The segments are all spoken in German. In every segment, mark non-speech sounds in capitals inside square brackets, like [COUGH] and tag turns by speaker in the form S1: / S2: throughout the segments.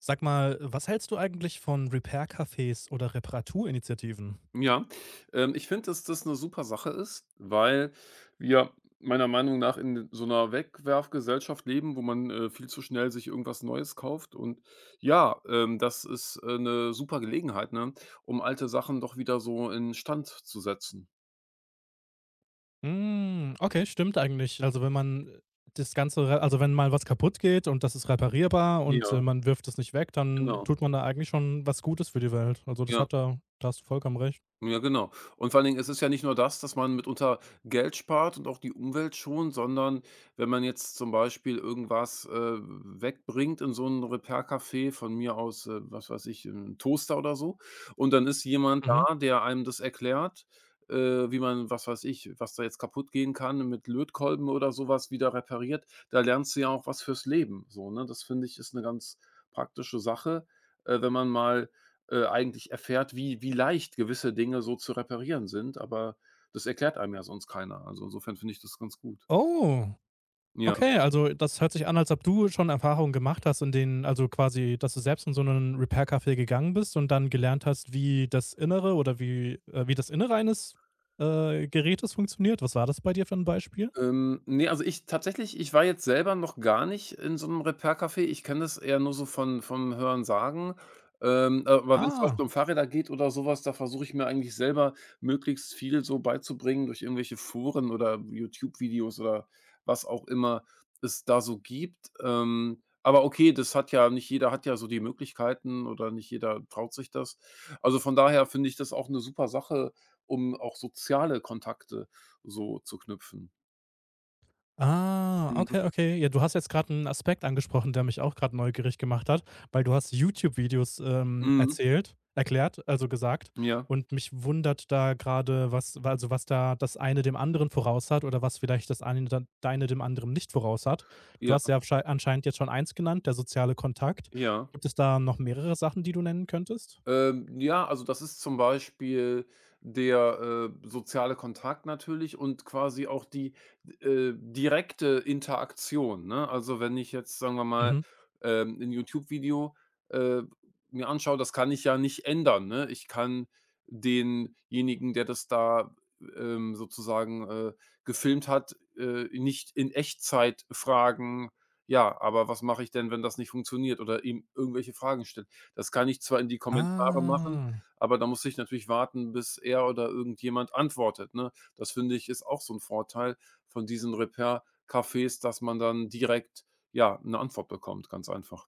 S1: Sag mal, was hältst du eigentlich von Repair-Cafés oder Reparaturinitiativen?
S2: Ja, ich finde, dass das eine super Sache ist, weil wir meiner Meinung nach in so einer Wegwerfgesellschaft leben, wo man viel zu schnell sich irgendwas Neues kauft, und ja, das ist 'ne super Gelegenheit, ne, um alte Sachen doch wieder so in Stand zu setzen.
S1: Hm, okay, stimmt eigentlich. Also, wenn man das Ganze re also, wenn mal was kaputt geht und das ist reparierbar und,
S2: Ja,
S1: man wirft es nicht weg, dann
S2: genau.
S1: tut man da eigentlich schon was Gutes für die Welt. Also, das
S2: Ja.
S1: hat da da hast du vollkommen recht.
S2: Ja, genau. Und vor allen Dingen, es ist ja nicht nur das, dass man mitunter Geld spart und auch die Umwelt schont, sondern wenn man jetzt zum Beispiel irgendwas wegbringt in so ein Repair-Café, von mir aus was weiß ich, ein Toaster oder so, und dann ist jemand
S1: Mhm.
S2: da, der einem das erklärt wie man, was weiß ich, was da jetzt kaputt gehen kann, mit Lötkolben oder sowas wieder repariert. Da lernst du ja auch was fürs Leben so, ne? Das finde ich, ist eine ganz praktische Sache wenn man mal eigentlich erfährt, wie leicht gewisse Dinge so zu reparieren sind, aber das erklärt einem ja sonst keiner. Also, insofern finde ich das ganz gut.
S1: Oh,
S2: Ja.
S1: okay, also das hört sich an, als ob du schon Erfahrungen gemacht hast, in denen also quasi, dass du selbst in so einen Repair-Café gegangen bist und dann gelernt hast, wie das Innere oder wie wie das Innere eines, Gerätes funktioniert. Was war das bei dir für ein Beispiel?
S2: Ne, also ich tatsächlich ich war jetzt selber noch gar nicht in so einem Repair-Café. Ich kenne das eher nur so von vom Hörensagen. Aber wenn es zum Beispiel
S1: Ah.
S2: um Fahrräder geht oder sowas, da versuche ich mir eigentlich selber möglichst viel so beizubringen durch irgendwelche Foren oder YouTube-Videos oder was auch immer es da so gibt. Aber okay, das hat ja nicht jeder, hat ja so die Möglichkeiten oder nicht jeder traut sich das. Also, von daher finde ich das auch eine super Sache, um auch soziale Kontakte so zu knüpfen.
S1: Ah,
S2: Mhm,
S1: okay, okay. Ja, du hast jetzt gerade einen Aspekt angesprochen, der mich auch gerade neugierig gemacht hat, weil du hast YouTube-Videos,
S2: mhm.
S1: erzählt erklärt, also gesagt.
S2: Ja,
S1: Und mich wundert da gerade, was da das eine dem anderen voraus hat oder was vielleicht das eine dann deine dem anderen nicht voraus hat. Du
S2: ja,
S1: hast ja abschei anscheinend jetzt schon eins genannt, der soziale Kontakt.
S2: ja.
S1: Gibt es da noch mehrere Sachen, die du nennen könntest?
S2: Ja, also das ist zum Beispiel der soziale Kontakt, natürlich, und quasi auch die direkte Interaktion, ne? Also, wenn ich jetzt, sagen wir mal,
S1: Mhm.
S2: 'n YouTube-Video, äh, mir anschaue, das kann ich ja nicht ändern, ne? Ich kann denjenigen, der das da, sozusagen gefilmt hat nicht in Echtzeit fragen: „Ja, aber was mache ich denn, wenn das nicht funktioniert?" oder ihm irgendwelche Fragen stellen. Das kann ich zwar in die Kommentare machen,
S1: Ah.
S2: aber da muss ich natürlich warten, bis er oder irgendjemand antwortet, ne? Das finde ich, ist auch so 'n Vorteil von diesen Repair-Cafés, dass man dann direkt, ja, 'ne Antwort bekommt, ganz einfach.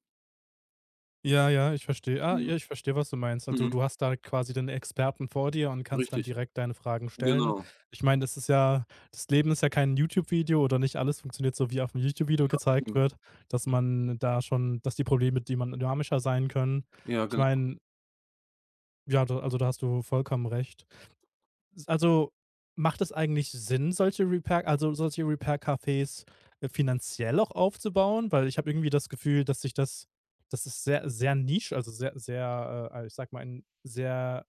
S1: Ja, ja, ich verstehe. Ah,
S2: Mhm,
S1: ja, ich verstehe, was du meinst. Also,
S2: mhm,
S1: du hast da quasi den Experten vor dir und kannst dann
S2: richtig.
S1: direkt deine Fragen stellen.
S2: Genau,
S1: Ich meine, das Leben ist ja kein YouTube-Video oder nicht alles funktioniert so, wie auf dem YouTube-Video gezeigt
S2: eben.
S1: wird, dass die Probleme, die man dynamischer sein können.
S2: Ja,
S1: Ich
S2: genau.
S1: meine, ja, da hast du vollkommen recht also, macht es eigentlich Sinn, solche Repair-Cafés, finanziell auch aufzubauen? Weil ich habe irgendwie das Gefühl, dass sich das das ist sehr sehr Nisch, also sehr sehr, ich sage mal, ein sehr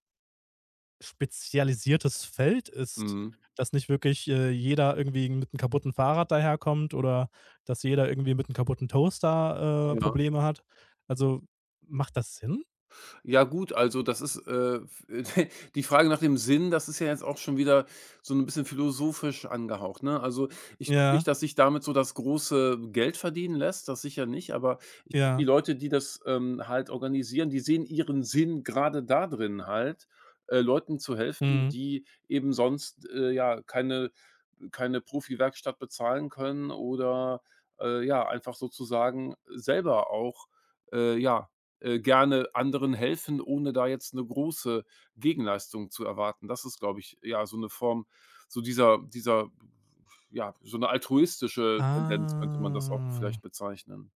S1: spezialisiertes Feld ist,
S2: Mhm.
S1: dass nicht wirklich, jeder irgendwie mit einem kaputten Fahrrad daherkommt oder dass jeder irgendwie mit einem kaputten Toaster,
S2: Ja.
S1: Probleme hat. Also, macht das Sinn?
S2: Ja gut, also das ist [LAUGHS] die Frage nach dem Sinn, das ist ja jetzt auch schon wieder so ein bisschen philosophisch angehaucht, ne? Also, ich glaube nicht,
S1: Ja,
S2: dass sich damit so das große Geld verdienen lässt, das sicher nicht, aber ich glaube, die
S1: ja.
S2: Leute, die das, halt organisieren, die sehen ihren Sinn gerade da drin halt Leuten zu helfen,
S1: Mhm.
S2: die eben sonst ja, keine Profi-Werkstatt bezahlen können, oder ja, einfach sozusagen selber auch ja gerne anderen helfen, ohne da jetzt eine große Gegenleistung zu erwarten. Das ist, glaube ich, ja, so eine Form, so dieser, ja, so eine altruistische Tendenz könnte man das auch
S1: Ah.
S2: vielleicht bezeichnen.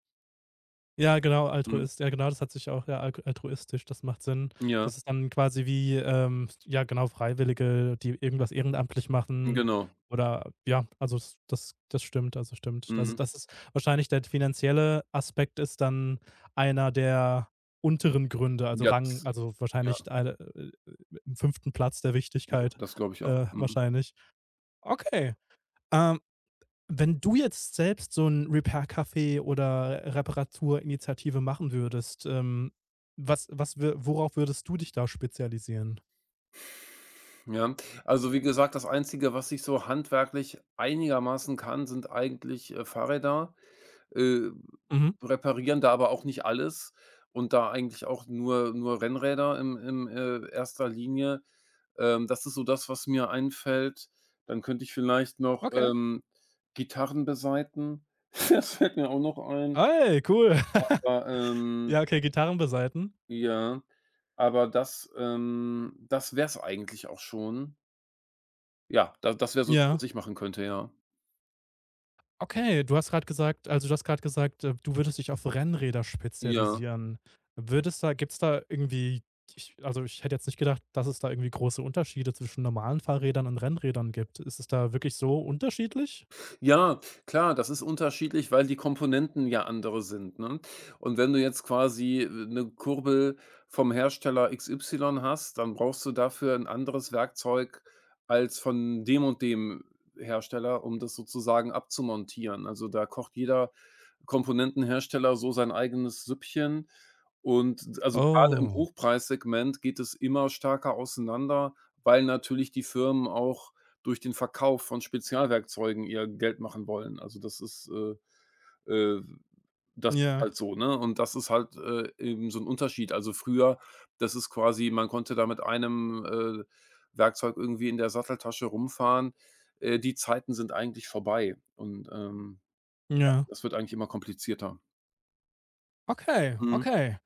S1: Ja, genau,
S2: Mhm.
S1: Altruist. Ja, genau, das hat sich auch ja, al altruistisch, das macht Sinn.
S2: Ja,
S1: Das ist dann quasi wie, ja genau, Freiwillige, die irgendwas ehrenamtlich machen
S2: genau.
S1: oder ja, also s das das stimmt, also stimmt. Das
S2: Mhm.
S1: das ist wahrscheinlich der finanzielle Aspekt ist dann einer der unteren Gründe, also
S2: Ja,
S1: Rang also
S2: ja,
S1: wahrscheinlich eine im fünften Platz der
S2: ja,
S1: Wichtigkeit,
S2: das glaube ich auch. Mhm.
S1: wahrscheinlich. Okay. Ähm Wenn du jetzt selbst so ein Repair-Café oder Reparaturinitiative machen würdest, was was wür worauf würdest du dich da spezialisieren?
S2: Ja, also, wie gesagt, das Einzige, was ich so handwerklich einigermaßen kann, sind eigentlich Fahrräder. äh,
S1: Mhm.
S2: Reparieren da aber auch nicht alles und da eigentlich auch nur Rennräder im erster Linie. Das ist so das, was mir einfällt. Dann könnte ich vielleicht noch,
S1: Okay.
S2: Gitarren besaiten. [LAUGHS] Das fällt mir auch noch ein.
S1: Ey, cool. [LAUGHS]
S2: Aber, ähm
S1: Ja, okay, Gitarren besaiten.
S2: ja, aber das, das wär's eigentlich auch schon. Ja, da das wäre so das,
S1: Ja.
S2: was ich machen könnte, ja.
S1: Okay, du hast gerade gesagt, du würdest dich auf Rennräder
S2: Ja.
S1: spezialisieren. Würdest da gibt's da irgendwie ich also, ich hätte jetzt nicht gedacht, dass es da irgendwie große Unterschiede zwischen normalen Fahrrädern und Rennrädern gibt. Ist es da wirklich so unterschiedlich?
S2: Ja, klar, das ist unterschiedlich, weil die Komponenten ja andere sind, ne? Und wenn du jetzt quasi eine Kurbel vom Hersteller XY hast, dann brauchst du dafür ein anderes Werkzeug als von dem und dem Hersteller, um das sozusagen abzumontieren. Also, da kocht jeder Komponentenhersteller so sein eigenes Süppchen, und also, gerade im
S1: Oh,
S2: Hochpreissegment geht es immer stärker auseinander, weil natürlich die Firmen auch durch den Verkauf von Spezialwerkzeugen ihr Geld machen wollen. Also, äh, äh das ist
S1: ja.
S2: halt so, ne? Und das ist halt eben so ein Unterschied. Also, früher, das ist quasi, man konnte da mit einem Werkzeug irgendwie in der Satteltasche rumfahren. Die Zeiten sind eigentlich vorbei, und,
S1: Ja.
S2: das wird eigentlich immer komplizierter.
S1: Okay,
S2: Mhm,
S1: okay.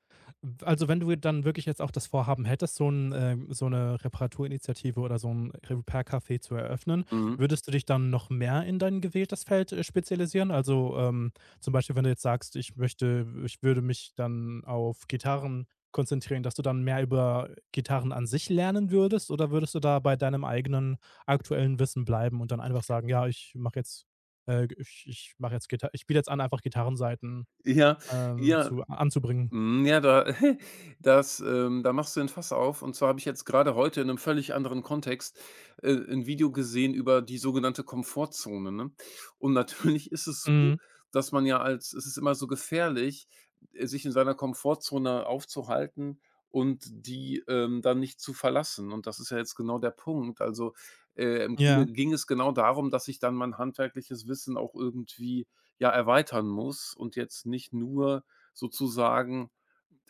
S1: Wenn du dann wirklich jetzt auch das Vorhaben hättest, so 'ne Reparaturinitiative oder so ein Repair-Café zu eröffnen,
S2: mhm.
S1: würdest du dich dann noch mehr in dein gewähltes Feld, spezialisieren? Also, zum Beispiel, wenn du jetzt sagst: „Ich würde mich dann auf Gitarren konzentrieren“, dass du dann mehr über Gitarren an sich lernen würdest? Oder würdest du da bei deinem eigenen aktuellen Wissen bleiben und dann einfach sagen: „Ja, ich biete jetzt an, einfach Gitarrenseiten
S2: Ja, ja.
S1: zu anzubringen.
S2: Hm, ja, da [LAUGHS] da machst du 'n Fass auf. Und zwar habe ich jetzt gerade heute in einem völlig anderen Kontext 'n Video gesehen über die sogenannte Komfortzone, ne? Und [LAUGHS] natürlich ist es so,
S1: Mhm.
S2: dass man ja, als es ist, immer so gefährlich sich in seiner Komfortzone aufzuhalten und die dann nicht zu verlassen. Und das ist ja jetzt genau der Punkt. Also im Grunde
S1: Ja,
S2: ging es genau darum, dass ich dann mein handwerkliches Wissen auch irgendwie, ja, erweitern muss, und jetzt nicht nur sozusagen,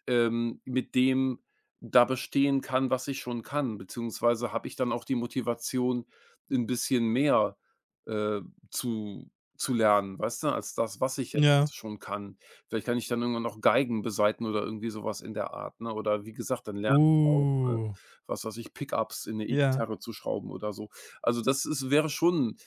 S2: mit dem da bestehen kann, was ich schon kann, beziehungsweise habe ich dann auch die Motivation, ein bisschen mehr, äh, zu lernen, weißt du, als das, was ich
S1: ja.
S2: jetzt schon kann. Vielleicht kann ich dann irgendwann auch Geigen besaiten oder irgendwie sowas in der Art, ne? Oder wie gesagt, dann lerne ich auch, äh,
S1: Uh,
S2: was weiß ich, Pickups in eine
S1: ja.
S2: E-Gitarre zu schrauben oder so. Also, das ist, wäre schon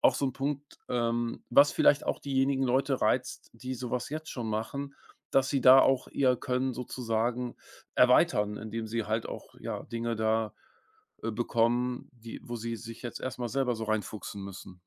S2: auch so ein Punkt, was vielleicht auch diejenigen Leute reizt, die sowas jetzt schon machen, dass sie da auch ihr Können sozusagen erweitern, indem sie halt auch, ja, Dinge da bekommen, die, wo sie sich jetzt erst mal selber so reinfuchsen müssen.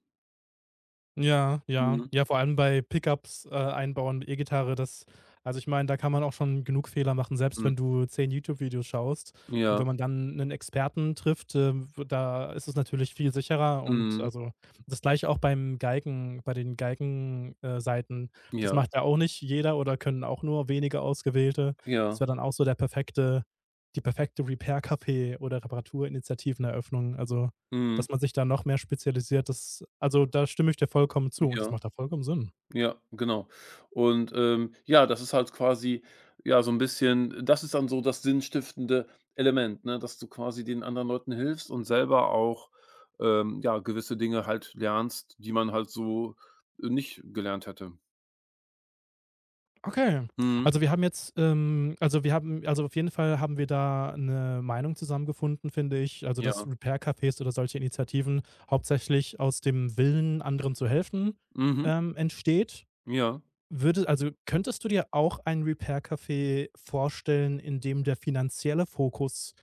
S1: Ja, ja.
S2: Mhm.
S1: Ja, vor allem bei Pickups, einbauen mit E-Gitarre, das also ich meine, da kann man auch schon genug Fehler machen, selbst
S2: Mhm.
S1: wenn du 10 YouTube-Videos schaust. Und
S2: Ja.
S1: wenn man dann einen Experten trifft, w da ist es natürlich viel sicherer und
S2: Mhm.
S1: also das Gleiche auch bei den Geigen Saiten. Das
S2: Ja.
S1: macht ja auch nicht jeder oder können auch nur wenige Ausgewählte. Das
S2: Ja.
S1: wäre dann auch so der perfekte die perfekte Repair-Café oder Reparaturinitiativeneröffnung. Also
S2: Mhm.
S1: dass man sich da noch mehr spezialisiert, da stimme ich dir vollkommen zu und das
S2: Ja.
S1: macht da vollkommen Sinn.
S2: Ja, genau. Und, ja, das ist halt quasi, ja, so 'n bisschen das ist dann so das sinnstiftende Element, ne, dass du quasi den anderen Leuten hilfst und selber auch, ja, gewisse Dinge halt lernst, die man halt so nicht gelernt hätte.
S1: Okay.
S2: Mhm.
S1: Also, wir haben jetzt, also, wir haben also, auf jeden Fall haben wir da eine Meinung zusammengefunden, finde ich. Also, dass
S2: Ja.
S1: Repair-Cafés oder solche Initiativen hauptsächlich aus dem Willen, anderen zu helfen,
S2: Mhm.
S1: entsteht.
S2: Ja.
S1: Könntest du dir auch ein Repair-Café vorstellen, in dem der finanzielle Fokus,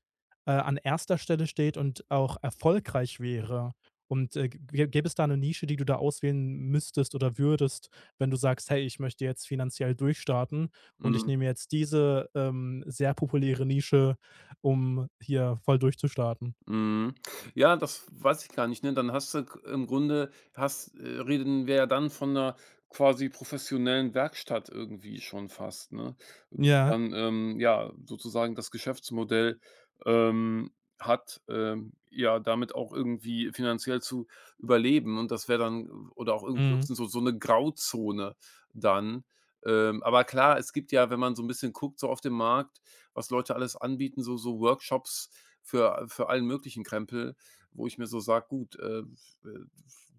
S1: an erster Stelle steht und auch erfolgreich wäre? Und, gä gäbe es da eine Nische, die du da auswählen müsstest oder würdest, wenn du sagst: „Hey, ich möchte jetzt finanziell durchstarten und ich
S2: Mhm.
S1: nehme jetzt diese, sehr populäre Nische, um hier voll durchzustarten?“
S2: Mhm. Ja, das weiß ich gar nicht, ne? Dann hast du k im Grunde hast reden wir ja dann von einer quasi professionellen Werkstatt irgendwie schon fast, ne? Die
S1: Ja,
S2: Dann, ja, sozusagen das Geschäftsmodell, ähm, hat, ja, damit auch irgendwie finanziell zu überleben, und das wäre dann, oder auch irgendwie
S1: mhm.
S2: höchstens so, eine Grauzone dann. Aber klar, es gibt ja, wenn man so ein bisschen guckt, so auf dem Markt, was Leute alles anbieten, so Workshops für allen möglichen Krempel, wo ich mir so sage: „Gut, w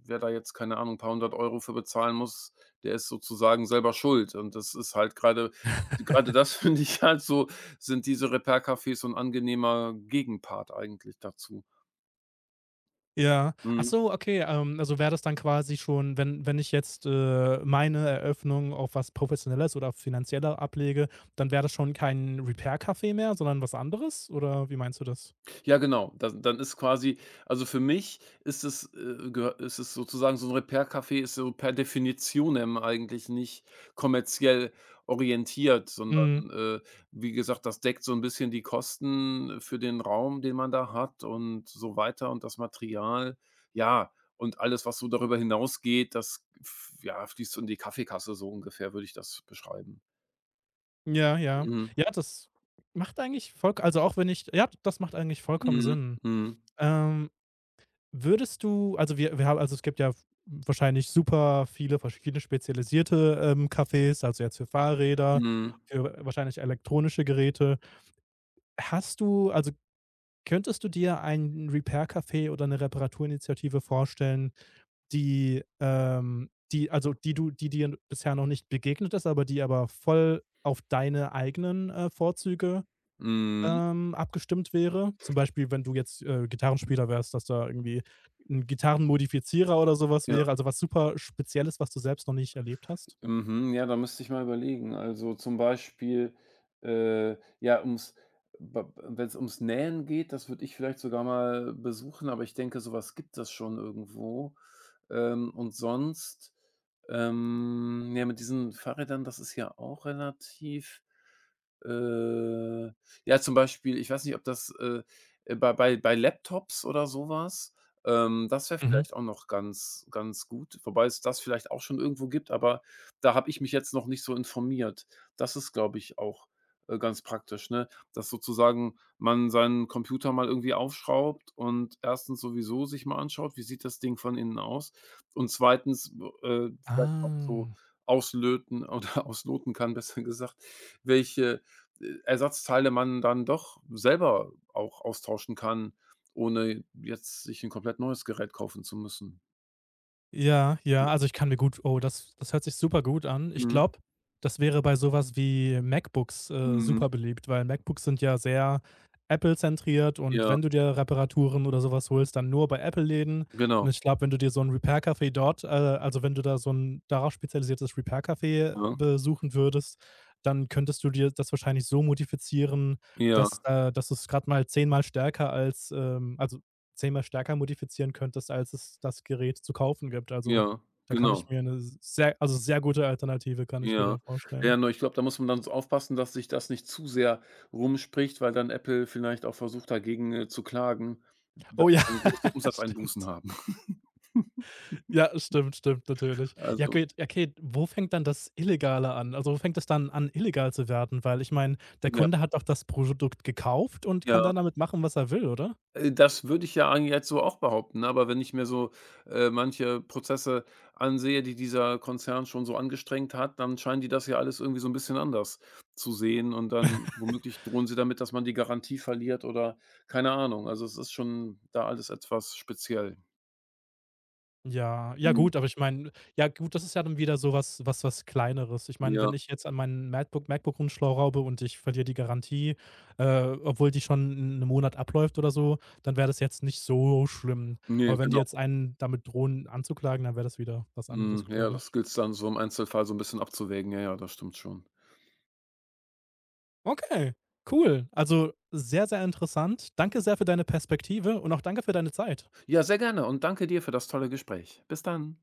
S2: wer da jetzt, keine Ahnung, ein paar hundert Euro für bezahlen muss, der ist sozusagen selber schuld." Und das ist halt gerade das [LAUGHS] finde ich halt so, sind diese Repair-Cafés so ein angenehmer Gegenpart eigentlich dazu.
S1: Ja. Ach
S2: Mhm.
S1: so, okay, also wäre das dann quasi schon, wenn ich jetzt, meine Eröffnung auf was Professionelles oder Finanzieller ablege, dann wäre das schon kein Repair-Café mehr, sondern was anderes? Oder wie meinst du das?
S2: Ja, genau. Dann ist quasi, also für mich ist es sozusagen, so ein Repair-Café ist so per definitionem eigentlich nicht kommerziell orientiert, sondern,
S1: Mhm.
S2: äh, wie gesagt, das deckt so ein bisschen die Kosten für den Raum, den man da hat und so weiter, und das Material. Ja, und alles, was so darüber hinausgeht, das f ja, fließt so in die Kaffeekasse, so ungefähr würde ich das beschreiben.
S1: Ja, ja.
S2: Mhm.
S1: Ja, das macht eigentlich voll. Also auch wenn ich ja, das macht eigentlich vollkommen
S2: Mhm.
S1: Sinn.
S2: Mhm.
S1: Ähm, würdest du also wir haben also es gibt ja wahrscheinlich super viele verschiedene spezialisierte, Cafés, also jetzt für Fahrräder,
S2: Mhm.
S1: für wahrscheinlich elektronische Geräte. Hast du also, könntest du dir ein Repair-Café oder eine Reparaturinitiative vorstellen, die, die also, die du die dir bisher noch nicht begegnet ist, aber voll auf deine eigenen, Vorzüge,
S2: Mhm.
S1: abgestimmt wäre? Zum Beispiel, wenn du jetzt, Gitarrenspieler wärst, dass da irgendwie ein Gitarrenmodifizierer oder sowas
S2: Mhm.
S1: wäre, also was super Spezielles, was du selbst noch nicht erlebt hast?
S2: Mhm, ja, da müsste ich mal überlegen. Also zum Beispiel ja, wenn es ums Nähen geht, das würde ich vielleicht sogar mal besuchen, aber ich denke, sowas gibt es schon irgendwo. Und sonst, ja, mit diesen Fahrrädern, das ist ja auch relativ, äh, ja, zum Beispiel, ich weiß nicht, ob das bei Laptops oder sowas das wäre
S1: Mhm.
S2: vielleicht auch noch ganz ganz gut, wobei es das vielleicht auch schon irgendwo gibt, aber da habe ich mich jetzt noch nicht so informiert. Das ist, glaube ich, auch ganz praktisch, ne, dass sozusagen man seinen Computer mal irgendwie aufschraubt und erstens sowieso sich mal anschaut, wie sieht das Ding von innen aus, und zweitens vielleicht auch so
S1: Ah.
S2: auslöten oder [LAUGHS] ausloten kann, besser gesagt, welche Ersatzteile man dann doch selber auch austauschen kann, ohne jetzt sich ein komplett neues Gerät kaufen zu müssen.
S1: Ja, ja, also ich kann mir gut oh, das hört sich super gut an. Ich
S2: Mhm,
S1: glaube, das wäre bei sowas wie MacBooks,
S2: mhm,
S1: super beliebt, weil MacBooks sind ja sehr Apple-zentriert und
S2: ja,
S1: wenn du dir Reparaturen oder sowas holst, dann nur bei Apple-Läden
S2: genau,
S1: und ich glaube, wenn du dir so ein Repair-Café dort also wenn du da so ein darauf spezialisiertes Repair-Café
S2: ne?
S1: besuchen würdest, dann könntest du dir das wahrscheinlich so modifizieren,
S2: Ja,
S1: dass du es gerade mal 10-mal stärker als, also 10-mal stärker modifizieren könntest, als es das Gerät zu kaufen gibt. Also,
S2: ja,
S1: da kann ich
S2: genau.
S1: mir eine sehr also, sehr gute Alternative kann ich mir
S2: Ja.
S1: da
S2: Ja,
S1: vorstellen.
S2: nur, ich glaube, da muss man dann so aufpassen, dass sich das nicht zu sehr rumspricht, weil dann Apple vielleicht auch versucht, dagegen zu klagen, dass
S1: Oh ja,
S2: dann große
S1: [LAUGHS]
S2: Umsatzeinbußen
S1: stimmt.
S2: haben. [LAUGHS]
S1: Ja, stimmt, stimmt, natürlich. Ja,
S2: Also,
S1: geht okay, wo fängt dann das Illegale an? Also, wo fängt es dann an, illegal zu werden? Weil ich meine, der
S2: ja,
S1: Kunde hat doch das Produkt gekauft und
S2: ja.
S1: kann dann damit machen, was er will, oder?
S2: Das würde ich ja eigentlich jetzt so auch behaupten, ne? Aber wenn ich mir so manche Prozesse ansehe, die dieser Konzern schon so angestrengt hat, dann scheinen die das ja alles irgendwie so ein bisschen anders zu sehen, und dann womöglich drohen sie damit, dass man die Garantie verliert oder keine Ahnung. Also, es ist schon da alles etwas speziell.
S1: Ja, ja
S2: Mhm.
S1: gut, aber ich meine ja gut, das ist ja dann wieder so was was Kleineres. Ich meine,
S2: Ja.
S1: wenn ich jetzt an meinen MacBook rumschraube und ich verliere die Garantie, äh, obwohl die schon 'n Monat abläuft oder so, dann wäre das jetzt nicht so schlimm.
S2: Ne,
S1: Aber wenn die
S2: genau.
S1: jetzt einen damit drohen anzuklagen, dann wäre das wieder was anderes,
S2: Mhm, ja,
S1: glaube
S2: das
S1: ich.
S2: gilt's dann so im Einzelfall so ein bisschen abzuwägen. Ja, ja, das stimmt schon.
S1: Okay, cool. Also, sehr, sehr interessant. Danke sehr für deine Perspektive und auch danke für deine Zeit.
S2: Ja, sehr gerne und danke dir für das tolle Gespräch. Bis dann.